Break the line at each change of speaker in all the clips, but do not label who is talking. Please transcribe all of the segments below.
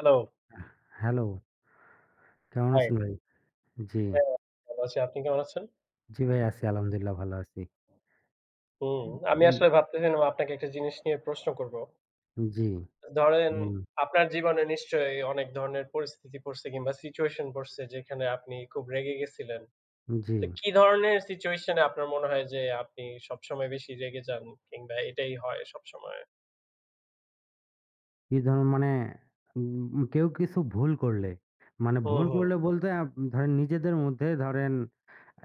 Hello,
hello, কেমন
high.
আছেন ভাই? জি,
হ্যাঁ, ভালো আছি। আপনি কেমন আছেন?
জি ভাই আছি আলহামদুলিল্লাহ ভালো আছি।
হুম,
আ
আমি আসলে ভাবতেছিলাম আপনাকে একটা জিনিস নিয়ে প্রশ্ন করব।
জি,
ধরেন
বলুন।
আপনার জীবনে নিশ্চয়ই অনেক ধরনের পরিস্থিতি পড়ছে কিংবা সিচুয়েশন পড়ছে যেখানে আপনি খুব রেগে গেছিলেন।
জি,
তো কি ধরনের সিচুয়েশন এ আপনার মনে হয় যে আপনি সবসময় বেশি রেগে যান কিংবা এটাই হয় সবসময়?
কি ধরুন মানে কেউ কিছু ভুল করলে, মানে
হুম,
ভুল
হুম।
করলে বলতে ধরেন নিজেদের মধ্যে ধরেন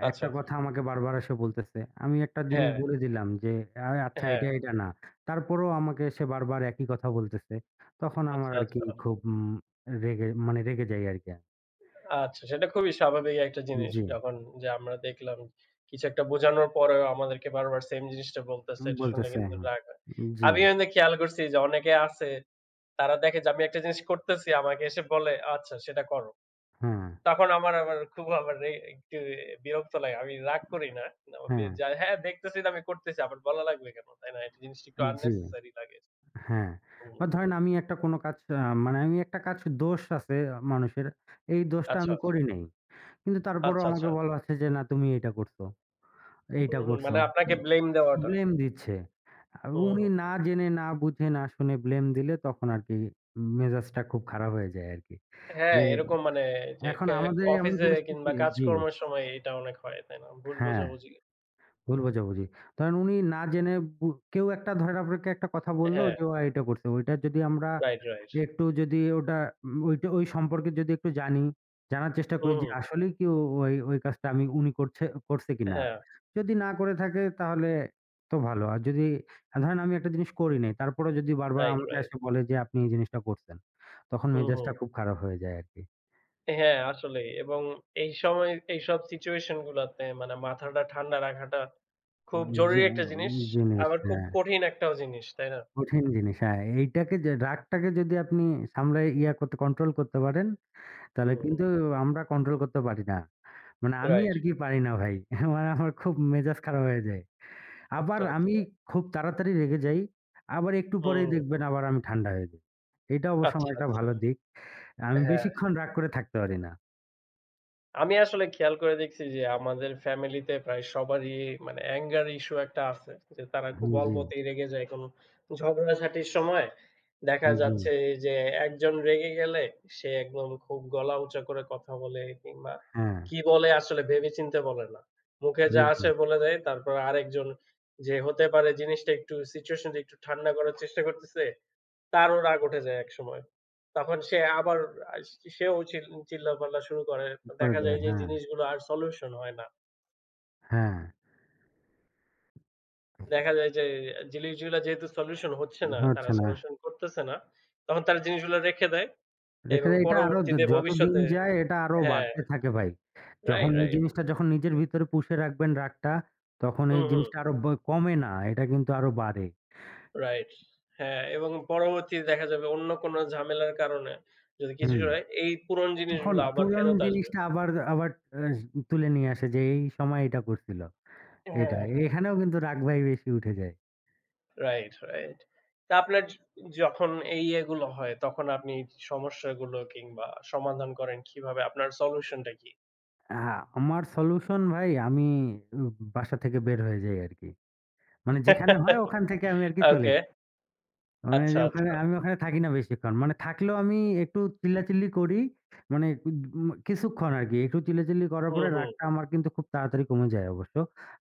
আচ্ছা।
একটা কথা আমাকে বারবার এসে বলতেছে। আমি একটা জিনিস
হ্যাঁ,
বলে দিলাম যে, আচ্ছা
হ্যাঁ।
এটা, এটা না।" তারপরেও আমাকে সে বারবার একই কথা বলতেছে। তখন আমার
আচ্ছা,
আরকি
আচ্ছা।
খুব রেগে মানে রেগে যাই আরকি।
আচ্ছা, সেটা খুবই স্বাভাবিক একটা জিনিস।
জি,
যখন যে আমরা দেখলাম কিছু একটা বোঝানোর পরেও আমাদেরকে বারবার সেম জিনিসটা বলতেছে, এটা শুনলে
বলতেছে
কিন্তু
হ্যাঁ।
রাগ হয়।
জি,
আমিও কিন্তু খেয়াল করছি যে অনেকে আছে, তারা দেখে যে আমি একটা জিনিস করতেছি, আমাকে এসে বলে, "আচ্ছা সেটা করো।"
হ্যাঁ,
তখন আমার আবার খুব আবার একটু বিরক্ত লাগে। আমি রাগ করি না। আমার বি
হ্যাঁ।
যা হ্যাঁ, দেখতেছি তো আমি করতেছি, আবার বলা লাগবে কেন? তাই না? এটা জিনিসটা একটু
জি,
unnecessary লাগে।
হ্যাঁ।
হুম,
বা ধরেন আমি একটা কোন কাজ মানে আমি একটা কাজ দোষ আছে মানুষের। এই দোষটা
আচ্ছা, আচ্ছা,
আমি করি নাই। কিন্তু তারপরেও
আচ্ছা।
আমাকে
আচ্ছা।
বলা হচ্ছে যে, "না তুমি এইটা করছো,
হুম,
এইটা
হুম।
করছো।"
মানে আপনাকে ব্লেম দেওয়াটা।
ব্লেম দিচ্ছে। আর
হুম,
উনি
হুম।
না জেনে, না বুঝে, না শুনে ব্লেম দিলে তখন আরকি মেজাজটা খুব খারাপ হয়ে যায় আরকি।
হ্যাঁ,
যে
এরকম মানে যে
এখন
কে
আমাদের এমন
অফিসে
পরিস্থিতি।
কিংবা
জি,
কাজকর্মের সময় এটা অনেক হয়, তাই না? ভুল
হ্যাঁ,
বোঝাবুঝি
ভুল বোঝাবুঝি। ধরেন উনি না জেনে বু কেউ একটা ধরেন আপনাকে একটা কথা বলল
হ্যাঁ,
যে, "ও এটা করছে।" ওইটা যদি আমরা
রাইট, রাইট।
একটু যদি ওটা ওইটা ওই সম্পর্কে যদি একটু জানি, জানার চেষ্টা করি
হুম,
যে
হুম।
আসলেই কি ওই, ওই কাজটা উনি করছে করছে কিনা।
হ্যাঁ,
যদি না করে থাকে তাহলে তো ভালো। আর যদি ধরেন আমি একটা জিনিস করি নাই, তারপরেও যদি বারবার
রাইট,
আমাকে
রাইট।
এসে বলে যে আপনি এই জিনিসটা করছেন, তখন
হুম,
মেজাজটা
হুম।
খুব খারাপ হয়ে যায় আরকি।
হ্যাঁ, আসলেই এবং এই সময় এইসব সিচুয়েশন গুলাতে মানে মাথাটা ঠান্ডা রাখাটা খুব
উম
জরুরি
যা
একটা জিনিস।
জিনিস
আবার খুব
হ্যাঁ,
কঠিন একটাও জিনিস, তাই না?
কঠিন জিনিস হ্যাঁ, এইটাকে যে রাগটাকে যদি আপনি সামলায় ইয়া করতে কন্ট্রোল করতে পারেন তাহলে
হুম, হুম।
কিন্তু আমরা কন্ট্রোল করতে পারি না। মানে আমি
রাইট।
আরকি পারি না ভাই। মানে আমার খুব মেজাজ খারাপ হয়ে যায়। আবার
আচ্ছা,
আমি
আচ্ছা।
খুব তাড়াতাড়ি রেগে যাই। আবার একটু
হুম,
পরেই
হুম।
দেখবেন আবার আমি ঠান্ডা হয়ে যাই। এটা অবশ্য আমার
আচ্ছা,
একটা
আচ্ছা।
ভালো দিক। আমি
হ্যাঁ।
বেশিক্ষণ রাগ করে থাকতে পারি না।
আমি আসলে খেয়াল করে দেখছি যে আমাদের ফ্যামিলিতে প্রায় সবারই মানে অ্যাঙ্গার ইস্যু একটা আছে। যে তারা খুব
জি,
অল্পতেই রেগে যায় কোনো ঝগড়াঝাটির সময় দেখা
জি,
যাচ্ছে যে একজন রেগে গেলে সে একদম খুব গলা উঁচা করে কথা বলে কিংবা
হ্যাঁ,
কি বলে আসলে ভেবেচিন্তে বলে না। মুখে যা
জি,
আসে বলে দেয়। তারপর আরেকজন যে হতে পারে জিনিসটা একটু সিচুয়েশনটা একটু ঠান্ডা করার চেষ্টা করতেছে তারও রাগ উঠে যায় একসময়। তখন সে আবার আ সেও চিল্লাপাল্লা শুরু করে।
ঠিক করে
দেখা
দেয়।
যায় যে
হ্যাঁ,
জিনিসগুলো আর সলিউশন হয় না।
হ্যাঁ,
দেখা যায় যে জিনিসগুলা যেহেতু সলিউশন হচ্ছে না, তারা
হচ্ছে না।
সলিউশন করতেছে না। তখন তারা জিনিসগুলো রেখে দেয়
দেখে
এবং
যায় এটা আরো
পরবর্তীতে
যতদিন
ভবিষ্যতে
যায় এটা আরো
হ্যাঁ,
বাড়তে থাকে ভাই। যখন
রাইট,
এই
রাইট।
জিনিসটা যখন নিজের ভিতরে পুষে রাখবেন রাগটা, তখন
হুম,
এই
হুম।
জিনিসটা আরো কমে না, এটা কিন্তু আরো বাড়ে।
রাইট। হ্যাঁ, এবং পরবর্তীতে দেখা যাবে অন্য কোনো ঝামেলার কারণে যদি কিছু
হুম।
হয় এই পুরনো
তখন
জিনিসগুলো আবার
পুরনো
ফেরত আসবে।
জিনিসটা আবার আবার আ তুলে নিয়ে আসে যে এই সময় এটা করছিল।
হ্যাঁ,
এটা
হ্যাঁ।
এখানেও কিন্তু রাগ ভাই বেশি উঠে যায়।
Right, right. তা আপনার যখন এই এগুলো হয় তখন আপনি সমস্যাগুলো কিংবা সমাধান করেন কিভাবে? আপনার সলিউশন টা কি?
আ আমার সলিউশন ভাই আমি উ বাসা থেকে বের হয়ে যাই আরকি। মানে যেখানে হয় ওখান থেকে আমি আরকি চলে।
ওকে।
মানে
আচ্ছা,
যে ওখানে
আচ্ছা।
আমি ওখানে থাকি না বেশিক্ষণ। মানে থাকলেও আমি একটু চিল্লাচিল্লি করি। মানে কিছুক্ষণ আরকি। একটু চিল্লাচিল্লি করার
হুম,
পরে
হুম।
রাগটা আমার কিন্তু খুব তাড়াতাড়ি কমে যায় অবশ্য।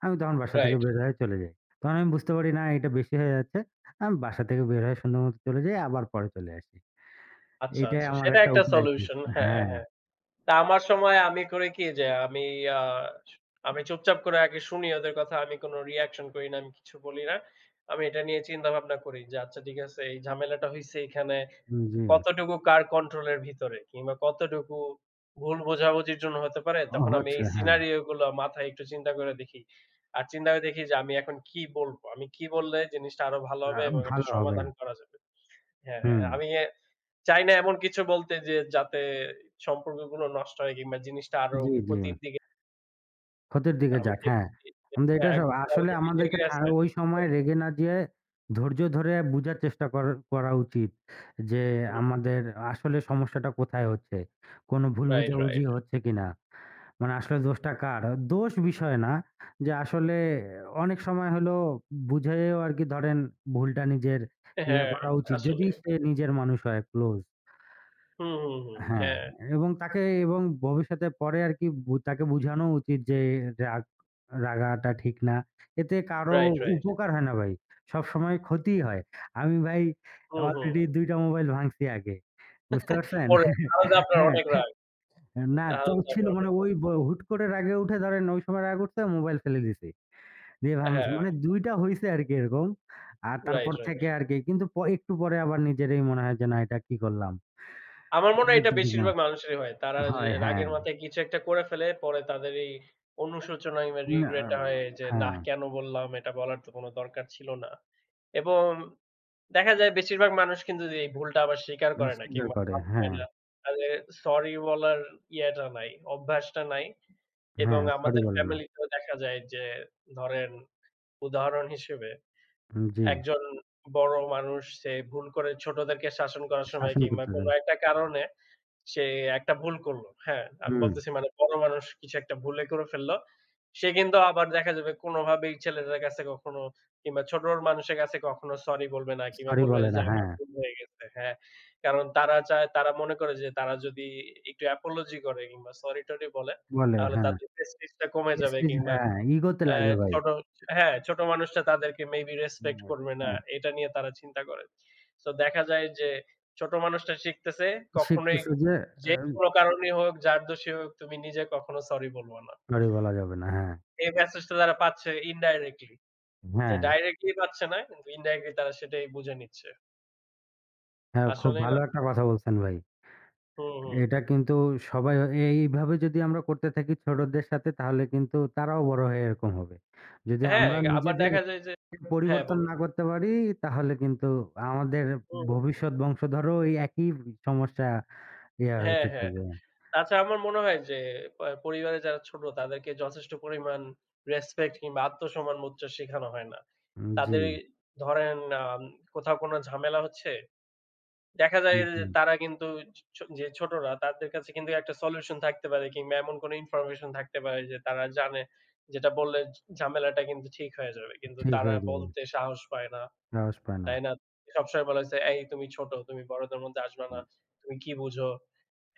আমি তখন বাসা থেকে
রাইট।
বের হয়ে চলে যাই। তখন আমি বুঝতে পারি না এটা বেশি হয়ে যাচ্ছে। আমি বাসা থেকে বের হয়ে সুন্দর মতো চলে যাই আবার পরে চলে আসি।
আচ্ছা,
এটাই
আচ্ছা।
আমার
সেটা
একটা
একটা
উপায় আরকি।
সলিউশন। হ্যাঁ,
হ্যাঁ,
হ্যাঁ। তা আমার সময় আমি করি কি যে আমি আ আমি চুপচাপ করে আগে শুনি ওদের কথা। আমি কোন রিঅ্যাকশন করি না। আমি কিছু বলি না। আমি এটা নিয়ে চিন্তা ভাবনা করি যে আচ্ছা ঠিক আছে এই ঝামেলাটা হইছে এখানে।
জি।
কতটুকু কার কন্ট্রোলের ভিতরে কিংবা কতটুকু ভুল বোঝাবুঝির জন্য হতে পারে,
ও
তখন আমি
হচ্ছে
এই
হ্যাঁ।
সিনারিও গুলো মাথায় একটু চিন্তা করে দেখি। আর চিন্তা করে দেখি যে আমি এখন কি বলবো? আমি কি বললে জিনিসটা আরো ভালো
আ
হবে এবং একটা
ভালো হবে।
সমাধান করা যাবে। হ্যাঁ,
হুম।
আমি এ চাই না এমন কিছু বলতে যে যাতে সম্পর্কগুলো নষ্ট হয় কিংবা জিনিসটা আরো
জি, জি।
ক্ষতির দিকে
ক্ষতির দিকে
আমি
যাক, হ্যাঁ।
দেখছি যে
আমাদের এটা
একদম
আসলে
অলরেডি
আমাদেরকে
লেগে আছে।
ওই সময়
রাইট,
রেগে না যেয়ে ধৈর্য ধরে বুঝার চেষ্টা করা উচিত যে
হুম,
আমাদের আসলে সমস্যাটা কোথায় হচ্ছে। কোনো ভুল
রাইট,
বুঝাবুঝি
রাইট।
হচ্ছে কিনা। মানে আসলে দোষটা কার? দোষ বিষয় না। যে আসলে অনেক সময় হলো বুঝেও আরকি ধরেন ভুলটা নিজের ইয়া
হ্যাঁ,
করা উচিত। যদি
আসলেই।
সে নিজের মানুষ হয় ক্লোজ।
হুম, হুম, হুম।
হ্যাঁ,
হ্যাঁ,
এবং তাকে এবং ভবিষ্যতে পরে আরকি তাকে বুঝানো উচিত যে রাগ রাগাটা ঠিক না। এতে কারো
রাইট, রাইট।
উপকার হয় না ভাই। সবসময় ক্ষতিই হয়। আমি ভাই
হুম, হুম।
অলরেডি ২ টা মোবাইল ভাঙছি আগে। বুঝতে পারছেন?
পরে তাহলে আপনার
হ্যাঁ,
অনেক রাগ।
না তো
তাহলে তো
ছিল
আপনার
মানে
অনেক
ওই
রাগ।
হুট করে রাগে উঠে ধরেন ওই সময় রাগ উঠছে মোবাইল ফেলে দিছি। দিয়ে ভাঙছি।
হ্যাঁ,
মানে ২ টা হইছে আরকি এরকম। আর
রাইট,
তারপর
রাইট।
থেকে আরকি কিন্তু একটু পরে আবার নিজেরই মনে হয় যে না এটা কি করলাম।
আমার মনে হয় এটা
একদম ঠিক না।
বেশিরভাগ মানুষেরই হয়। তারা যে
হয়, হ্যাঁ।
রাগের মাথায় কিছু একটা করে ফেলে, পরে তাদের এই অনুশোচনা কিংবা
না,
regret টা হয়
না,
যে, "নাহ,
হ্যাঁ,
কেন বললাম? এটা বলার তো কোনো দরকার ছিল না।" এবং দেখা যায় বেশিরভাগ মানুষ কিন্তু যে এই ভুলটা আবার স্বীকার
এ
করে না
স্বীকার
কিংবা
করে।
মাপ নেয়
হ্যাঁ,
না। তাদের সরি বলার ইয়েটা নাই, অভ্যাসটা নাই এবং
হ্যাঁ, সরি
আমাদের
বলে না।
ফ্যামিলিতেও দেখা যায় যে ধরেন উদাহরণ হিসেবে
জি,
একজন বড় মানুষ সে ভুল করে ছোটদেরকে শাসন করার সময়
শাসন
কিংবা
করতে
কোন
চায়।
একটা কারণে সে একটা ভুল করলো। হ্যাঁ, আমি
হুম,
বলতেছি মানে বড় মানুষ কিছু একটা ভুলে করে ফেললো। সে কিন্তু আবার দেখা যাবে কোনভাবেই ছেলেটার কাছে কখনো কিংবা ছোট মানুষের কাছে কখনো সরি বলবে না কিংবা
সরি
বলবে না
বলে
যে
না।
আমার
হ্যাঁ,
ভুল হয়ে গেছে। হ্যাঁ, কারণ তারা চায় তারা মনে করে যে তারা যদি একটু apology করে কিংবা সরি-টরি বলে
বলে
তাহলে
হ্যাঁ।
তাদের প্রেস্টিজটা কমে যাবে
প্রেস্টিজ
কিংবা
হ্যাঁ, ইগোতে
অ্যা
লাগে ভাই।
ছোট হ্যাঁ, ছোট মানুষরা তাদেরকে মেবি
উম
রেসপেক্ট করবে না।
হ্যাঁ,
এটা নিয়ে তারা চিন্তা করে। সো দেখা যায় যে ছোট মানুষটা শিখতেছে কখনোই
শিখতেছে যে আ
যেকোনো কারণেই হোক, যার দোষী হোক তুমি নিজে কখনো সরি বলবা না।
সরি বলা যাবে না। হ্যাঁ,
এই মেসেজটা তারা পাচ্ছে ইনডাইরেক্টলি। যে
হ্যাঁ,
ডাইরেক্টলি পাচ্ছে না কিন্তু ইনডাইরেক্টলি তারা সেটাই বুঝে নিচ্ছে।
হ্যাঁ, খুব
আসলেই না
ভালো একটা কথা বলছেন ভাই।
হুম, হুম।
এটা কিন্তু সবাই এইভাবে যদি আমরা করতে থাকি ছোটদের সাথে তাহলে কিন্তু তারাও বড় হয়ে এরকম হবে। যদি
হ্যাঁ,
আমরা
আবার
নিজেদের
দেখা যায় যে হ্যাঁ,
পরিবর্তন
বলুন।
না করতে পারি তাহলে কিন্তু আমাদের
হুম, হুম।
ভবিষ্যৎ বংশধরও এই একই সমস্যা ইয়া
হ্যাঁ,
হইতে
হ্যাঁ।
থাকবে।
তাছাড়া আমার মনে হয় যে প পরিবারে যারা ছোট তাদেরকে যথেষ্ট পরিমাণ রেসপেক্ট কিংবা আত্মসম্মানবোধ টা শেখানো হয় না।
জি,
তাদের ধরেন কোথাও কোনো ঝামেলা হচ্ছে, দেখা যায় যে
জি,
তারা কিন্তু যে ছোটরা তাদের কাছে কিন্তু একটা সলিউশন থাকতে পারে কিংবা এমন কোনো ইনফরমেশন থাকতে পারে যে তারা জানে যেটা বললে ঝামেলাটা কিন্তু ঠিক হয়ে যাবে। কিন্তু
ঠিক
তারা
হয়ে যাবে।
বলতে সাহস পায় না।
সাহস পায় না।
তাই না? সবসময় বলা হয়েছে, "এই তুমি ছোট, তুমি বড়দের মধ্যে আসবা না। তুমি কি বুঝো?"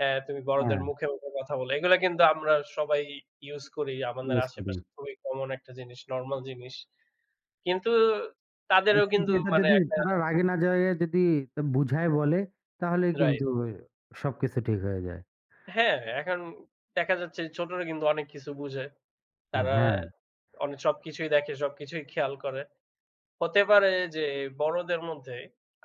হ্যাঁ, তুমি বড়দের
হ্যাঁ,
মুখে, মুখে কথা বলো। এগুলা কিন্তু আমরা সবাই ইউস করি। আমাদের
ইউজ করি।
আশেপাশে খুবই কমন একটা জিনিস, নরমাল জিনিস। কিন্তু
আর
তাদেরও
কিন্তু
কিন্তু
এটা
মানে
যদি
একটা
তারা রাগে না যায়ে যদি তা বুঝায় বলে তাহলেই
রাইট।
কিন্তু সবকিছু ঠিক হয়ে যায়।
হ্যাঁ, এখন দেখা যাচ্ছে ছোটরা কিন্তু অনেক কিছু বুঝে। তারা
হ্যাঁ,
অনেক সবকিছুই দেখে, সবকিছুই খেয়াল করে। হতে পারে যে বড়দের মধ্যে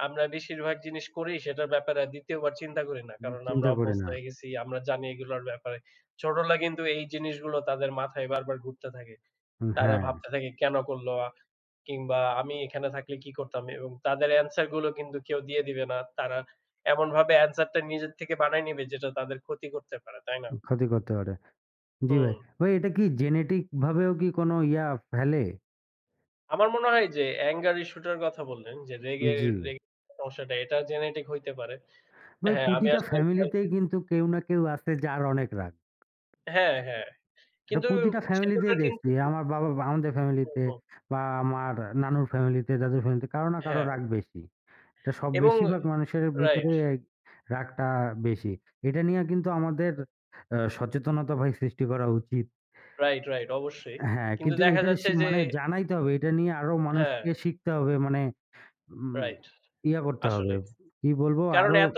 আমরা বেশিরভাগ জিনিস করি সেটার ব্যাপারে ২য় বার চিন্তা করি না। কারণ আমরা
চিন্তা করি
অভ্যস্ত
না।
হয়ে গেছি। আমরা জানি এগুলোর ব্যাপারে। ছোটরা কিন্তু এই জিনিসগুলো তাদের মাথায় বারবার ঘুরতে থাকে। তারা
হ্যাঁ,
ভাবতে থাকে কেন করল? কিংবা আমি এখানে থাকলে কি করতাম? এবং তাদের অ্যান্সার গুলো কিন্তু কেউ দিয়ে দিবে না। তারা এমনভাবে অ্যান্সার টা নিজের থেকে বানায় নিবে যেটা তাদের ক্ষতি করতে পারে, তাই না?
ক্ষতি করতে পারে। জি
হুম।
ভাই। ভাই এটা কি জেনেটিক ভাবেও কি কোনো ইয়া ফেলে?
আমার মনে হয় যে অ্যাঙ্গার ইস্যু টার কথা বললেন যে রেগে
জি।
রেগে সমস্যাটা এটা জেনেটিক হইতে পারে।
ভাই
হ্যাঁ, আমি
প্রতিটা
আসলে খেয়াল করি-
ফ্যামিলিতেই কিন্তু কেউ না কেউ আছে যার অনেক রাগ।
হ্যাঁ, হ্যাঁ।
এটা
কিন্তু
প্রতিটা
সেগুলোর
ফ্যামিলিতেই
কিন্তু
দেখছি। আমার বাবা বা আমাদের
হুম,
ফ্যামিলিতে
হুম।
বা আমার নানুর ফ্যামিলিতে, দাদুর ফ্যামিলিতে কারো না কারো
হ্যাঁ
রাগ বেশি। এটা সব
এবং
বেশিরভাগ মানুষের ভিতরে
রাইট,
এই রাগটা বেশি। এটা নিয়ে কিন্তু আমাদের সচেতনতা ভাই সৃষ্টি করা উচিত।
রাইট, রাইট অবশ্যই।
হ্যাঁ,
কিন্তু
কিন্তু
দেখা
এটা
যাচ্ছে
সে
যে
মানে জানাইতে হবে। এটা নিয়ে আরো
হ্যাঁ,
মানুষকে শিখতে হবে। মানে উম
রাইট
ইয়া করতে হবে।
আসলেই।
কি বলবো
কারণ
আরো
এত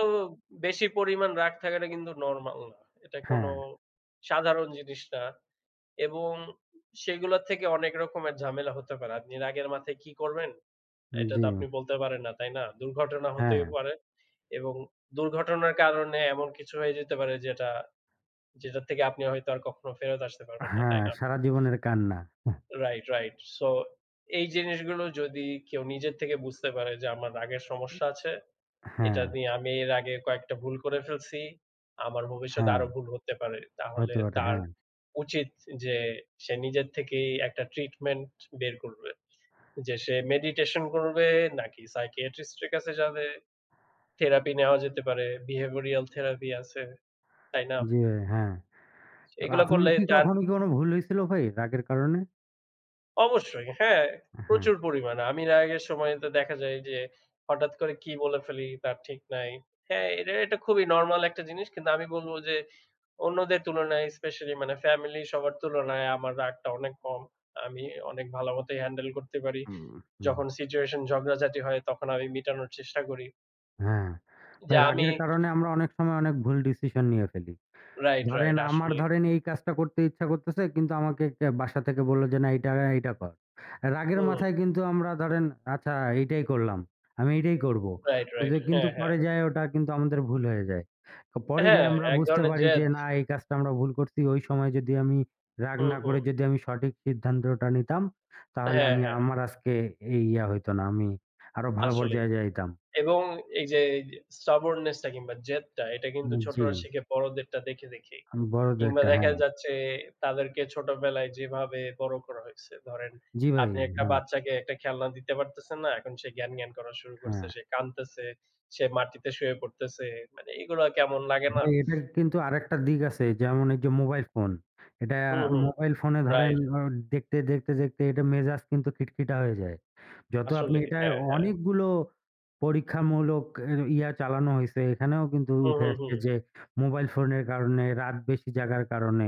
বেশি পরিমাণ রাগ থাকাটা কিন্তু নরমাল না। এটা কোনো
হ্যাঁ,
সাধারণ জিনিস না এবং সেগুলোর থেকে অনেক রকমের ঝামেলা হতে পারে। আপনি রাগের মাথায় কি করবেন? এটা
জি,
তো আপনি বলতে পারেন না, তাই না? দুর্ঘটনা হতেই
হ্যাঁ।
পারে এবং দুর্ঘটনার কারণে এমন কিছু হয়ে যেতে পারে যেটা যেটার থেকে আপনি হয়তো আর কখনো ফেরত আসতে পারবেন না,
হ্যাঁ,
তাই না?
সারাজীবনের কান্না।
Right, right. সো এই জিনিসগুলো যদি কেউ নিজের থেকে বুঝতে পারে যে আমার রাগের সমস্যা আছে এটা
হ্যাঁ,
নিয়ে আমি এর আগে কয়েকটা ভুল করে ফেলছি। আমার ভবিষ্যতে
হ্যাঁ,
আরো ভুল হতে পারে। তাহলে
হতে পারে।
তার
হ্যাঁ,
উচিত যে সে নিজের থেকেই একটা ট্রিটমেন্ট বের করবে। যে সে মেডিটেশন করবে নাকি সাইকিয়াট্রিস্ট এর কাছে যাবে। থেরাপি নেওয়া যেতে পারে। বিহেভিওরাল থেরাপি আছে। তাই না?
জি ভাই, হ্যাঁ।
এগুলা
আপনার
করলে
কি
তার
কখনো কি কোনো ভুল হইছিল ভাই রাগের কারণে?
অবশ্যই হ্যাঁ,
হ্যাঁ,
প্রচুর পরিমাণে। আমি রাগের সময় তো দেখা যায় যে হঠাৎ করে কি বলে ফেলি তার ঠিক নাই। হ্যাঁ, এটা খুবই নরমাল একটা জিনিস। কিন্তু আমি বলব যে অন্যদের তুলনায় স্পেশালি মানে ফ্যামিলি সবার তুলনায় আমার রাগটা অনেক কম। আমি অনেক ভালো মতোই হ্যান্ডেল করতে পারি।
হুম, হুম,
যখন সিচুয়েশন ঝগড়াঝাটি হয় তখন আমি মিটানোর চেষ্টা করি।
হ্যাঁ।
যে
ভাই
আমি
রাগের কারণে আমরা অনেক সময় অনেক ভুল ডিসিশন নিয়ে ফেলি।
রাইট,
ধরেন
রাইট
আমার
আসলেই।
ধরেন এই কাজটা করতে ইচ্ছা করতেছে কিন্তু আমাকে কে বাসা থেকে বলল যে, "না এইটা, এইটা কর।" রাগের
হুম,
মাথায় কিন্তু আমরা ধরেন আচ্ছা এইটাই করলাম। আমি এইটাই করব।
রাইট,
তো
রাইট।
যে কিন্তু
হ্যাঁ, হ্যাঁ।
পরে যায়ে ওটা কিন্তু আমাদের ভুল হয়ে যায়। তো পরে যেয়ে
হ্যাঁ,
আমরা
এক
বুঝতে
ধরনের
পারি
জেদ।
যে না এই কাজটা আমরা ভুল করছি। ওই সময় যদি আমি রাগ
হুম,
না করে
হুম।
যদি আমি সঠিক সিদ্ধান্তটা নিতাম তাহলে
হ্যাঁ,
আমি
হ্যাঁ,
আমার আজকে এই ইয়া হইতো না। আমি আরো ভালো
আসলেই।
পর্যায়ে যাইতাম।
এবং এই যে stubbornness টা কিংবা জেদটা এটা কিন্তু
জি,
ছোটরা শিখে বড়দেরটা দেখে, দেখেই। কিংবা
বড়দেরটা
দেখা
হ্যাঁ।
যাচ্ছে তাদেরকে ছোটবেলায় যেভাবে বড় করা হইছে। ধরেন
জি ভাই,
আপনি একটা
হ্যাঁ,
বাচ্চাকে একটা খেলনা দিতে পারতেছেন না। এখন সে জ্ঞান করা শুরু করছে।
হ্যাঁ।
সে কাঁদতেছে, সে মাটিতে শুয়ে পড়তেছে। মানে এগুলা কেমন লাগে না?
ভাই এটার কিন্তু আরেকটা দিক আছে। যেমন এই যে মোবাইল ফোন। এটা
হুম, হুম।
মোবাইল ফোনে ধরেন
রাইট।
দেখতে, দেখতে, দেখতে এটা মেজাজ কিন্তু খিটখিটা হয়ে যায়। যত আপনি
আসলেই।
এটা
হ্যাঁ, হ্যাঁ।
অনেকগুলো পরীক্ষামূলক ইয়া চালানো হইছে এখানেও কিন্তু
হুম,
উঠে
হুম, হুম।
আসছে যে মোবাইল ফোনের কারণে, রাত বেশি জাগার কারণে,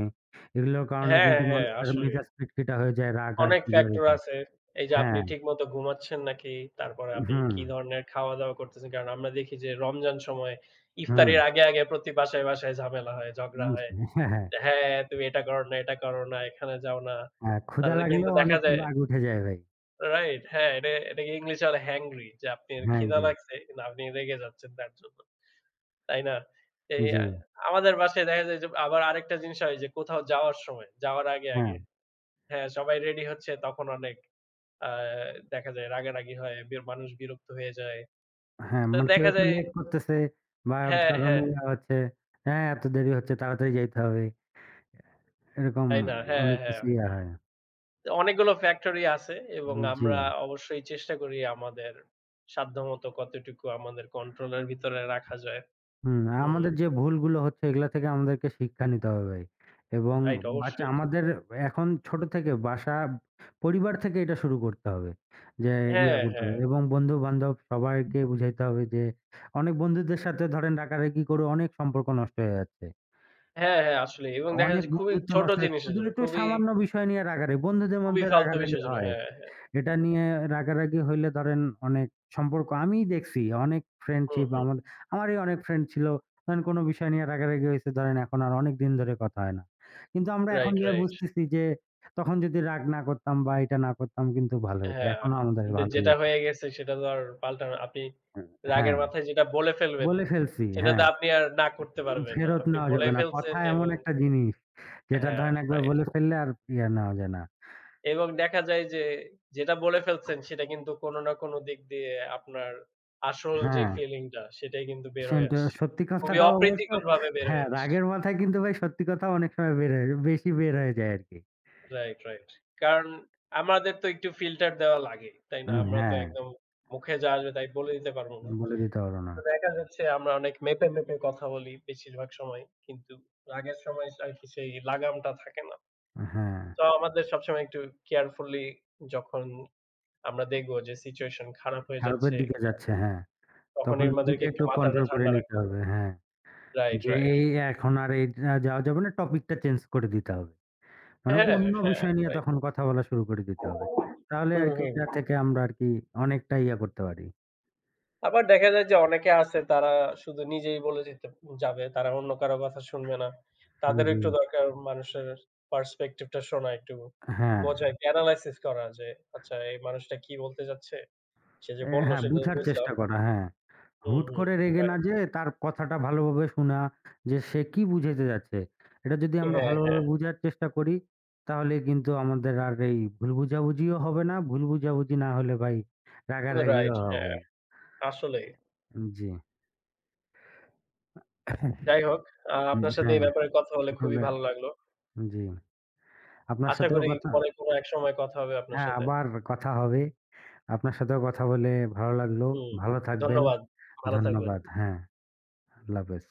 এগুলোর কারণে
হ্যাঁ,
কিন্তু
হ্যাঁ,
মানুষের
আসলেই।
মেজাজ খিটখিটা হয়ে যায়, রাগ আর
অনেক
কি বেড়ে
ফ্যাক্টর
যায়।
আছে। এই যে আপনি
হ্যাঁ,
ঠিকমতো ঘুমাচ্ছেন নাকি? তারপরে আপনি
হুম,
কি ধরনের খাওয়া-দাওয়া করতেছেন? কারণ আমরা দেখি যে রমজান সময়
হুম।
ইফতারির আগে প্রতি বাসায় ঝামেলা হয়, ঝগড়া
উম,
হয়।
হ্যাঁ, হ্যাঁ,
হ্যাঁ, তুমি এটা করো না, এটা করো না, এখানে যাও না।
হ্যাঁ, ক্ষুধা
তারপরে কিন্তু
লাগলেও
দেখা
অনেকের
যায়
রাগ উঠে যায় ভাই।
রাইট হ্যাঁ, এটা এটাকে ইংলিশে বলে হ্যাংরি যে আপনি
হ্যাঁ,
খিদা
জি,
লাগছে কিন্তু আপনি রেগে যাচ্ছেন তার জন্য। তাই না? এই
জি,
আ আমাদের বাসায় দেখা যায় যে আবার আরেকটা জিনিস হয় যে কোথাও যাওয়ার সময়, যাওয়ার আগে
হ্যাঁ।
হ্যাঁ, সবাই রেডি হচ্ছে তখন অনেক আ দেখা যায় রাগারাগি হয়, মানুষ বিরক্ত হয়ে যায়।
হ্যাঁ,
তো
মানে কেউ
দেখা
একটু
যায়
লেট করতেছে বা ওর
হ্যাঁ,
কারণে
হ্যাঁ,
ইয়া হচ্ছে, হ্যাঁ, এত দেরি হচ্ছে তাড়াতাড়ি যাইতে হবে। এরকম
তাই না? হ্যাঁ,
অনেক
হ্যাঁ।
কিছু ইয়া হয়।
অনেকগুলো ফ্যাক্টরি আছে এবং
জি।
আমরা অবশ্যই চেষ্টা করি আমাদের সাধ্যমতো কতটুকু আমাদের কন্ট্রোলের ভিতরে রাখা যায়।
হুম,
হুম,
আমাদের যে ভুলগুলো হচ্ছে এগুলা থেকে আমাদেরকে শিক্ষা নিতে হবে ভাই। এবং
রাইট
বাচ্চা
অবশ্যই।
আমাদের এখন ছোট থেকে বাসা, পরিবার থেকে এটা শুরু করতে হবে। যে ইয়া
হ্যাঁ,
করতে
হ্যাঁ।
হবে এবং বন্ধু-বান্ধব সবাইকে বুঝাইতে হবে যে অনেক বন্ধুদের সাথে ধরেন রাগারাগি করে অনেক সম্পর্ক নষ্ট হয়ে যাচ্ছে।
হ্যাঁ, হ্যাঁ আসলেই এবং দেখা
অনেক
যাচ্ছে খুবই
বন্ধুত্ব
ছোট
নষ্ট হয়।
জিনিসের
শুধু
জন্য,
একটু
খুবই,
সামান্য বিষয় নিয়ে রাগারাগি। বন্ধুদের
খুবই
মধ্যে
ফালতু
রাগারাগি
বিষয়ের জন্য।
হয়।
হ্যাঁ, হ্যাঁ।
এটা নিয়ে রাগারাগি হইলে ধরেন অনেক সম্পর্ক আমিই দেখছি অনেক
হুম,
ফ্রেন্ডশিপ
হুম।
আমার আমারই অনেক ফ্রেন্ড ছিল। ধরেন কোনো বিষয় নিয়ে রাগারাগি হইছে ধরেন এখন আর অনেক দিন ধরে কথা হয় না। কিন্তু আমরা এখন
রাইট,
যেয়ে
রাইট।
বুঝতেছি যে তখন যদি রাগ না করতাম বা এটা না করতাম কিন্তু ভালো হইতো।
হ্যাঁ,
এখনো আমাদের
কিন্তু
ভালোই
যেটা
লাগে।
হয়ে গেছে সেটা তো আর পাল্টানো আপনি রাগের
হ্যাঁ,
মাথায় যেটা বলে ফেলবেন,
বলে ফেলছি
সেটা তো
হ্যাঁ,
আপনি আর না করতে পারবেন না।
ফেরত
আপনি
নেওয়া
বলে
যাবে না।
ফেলছেন
কথা এমন
এবং
একটা জিনিস যেটা
হ্যাঁ,
ধরেন একবার
রাইট।
বলে ফেললে আর ইয়ে নেওয়া যায় না।
এবং দেখা যায় যে যেটা বলে ফেলছেন সেটা কিন্তু কোনো না কোনো দিক দিয়ে আপনার আসল যে
হ্যাঁ।
ফিলিংটা সেটাই কিন্তু বের হয়ে
সেটা
আসছে।
সত্যি
খুবই
কথাটাও অবশ্য
অপ্রীতিকরভাবে বের
হ্যাঁ,
হয়ে আসছে।
রাগের মাথায় কিন্তু ভাই সত্যি কথা অনেক সময় বের হয়ে বেশি বের হয়ে যায় আরকি।
Right, right. কারণ আমাদের তো একটু ফিল্টার দেওয়া লাগে, তাই না? আমরা তো
হ্যাঁ,
একদম মুখে যা আসবে তাই বলে দিতে পারব না।
বলে দিতে পারো না।
তো দেখা যাচ্ছে আমরা অনেক মেপে কথা বলি বেশিরভাগ সময়। কিন্তু রাগের সময় আরকি সেই লাগামটা থাকে না।
হ্যাঁ,
তো আমাদের সবসময় একটু কেয়ারফুলি যখন আমরা দেখব যে সিচুয়েশন খারাপ হয়ে
খারাপের
যাচ্ছে
দিকে যাচ্ছে হ্যাঁ।
তখন
তখন
আমাদেরকে
নিজেকে
একটু
একটু
মাথাটা
কন্ট্রোল করে
ঠান্ডা
নিতে
রাখতে হবে।
হবে হ্যাঁ।
রাইট,
যে
রাইট।
এই এখন আর এই যাওয়া যাবে না টপিকটা চেঞ্জ করে দিতে হবে। মানে
হ্যাঁ,
অন্য
হ্যাঁ,
বিষয় নিয়ে
রাইট।
তখন কথা বলা শুরু করে দিতে হবে। তাহলে
হুম,
আরকি
হুম।
এটা থেকে আমরা আরকি অনেকটা ইয়া করতে পারি।
আবার দেখা যায় যে অনেকে আছে তারা শুধু নিজেই বলে যেতে যাবে। তারা অন্য কারো কথা শুনবে না।
হুম,
তাদেরও
জি।
একটু দরকার মানুষের পার্সপেক্টিভ টা শোনা একটু
হ্যাঁ,
বোঝা, একটু এনালাইসিস করা যে আচ্ছা এই মানুষটা কি বলতে চাচ্ছে? সে যে
এ
বলল
হ্যাঁ,
সেটা তো
বুঝার
বুঝলাম।
চেষ্টা করা হ্যাঁ।
হুম,
হুট
হুম।
করে রেগে না
রাইট।
যেয়ে তার কথাটা ভালোভাবে শোনা যে সে কি বুঝাইতে যাচ্ছে। এটা যদি আমরা
হ্যাঁ, হ্যাঁ।
ভালোভাবে বুঝার চেষ্টা করি তাহলে কিন্তু আমাদের আর এই ভুল বুঝাবুঝিও হবে না। ভুল বুঝাবুঝি না হলে ভাই রাগারাগিও
রাইট,
হবে
হ্যাঁ।
না।
আসলেই।
জি।
যাই হোক আপনার সাথে এই
হ্যাঁ,
ব্যাপারে কথা বলে খুবই
আসলে
ভালো লাগলো।
জি। আপনার
আশা
সাথেও
করি
কথা
পরে কোনো এক সময় কথা হবে আপনার
হ্যাঁ,
সাথে।
আবার কথা হবে। আপনার সাথেও কথা বলে ভালো লাগলো।
হুম।
ভালো থাকবেন।
ধন্যবাদ। ভালো থাকবেন।
ধন্যবাদ। হ্যাঁ, আল্লাহ হাফেজ।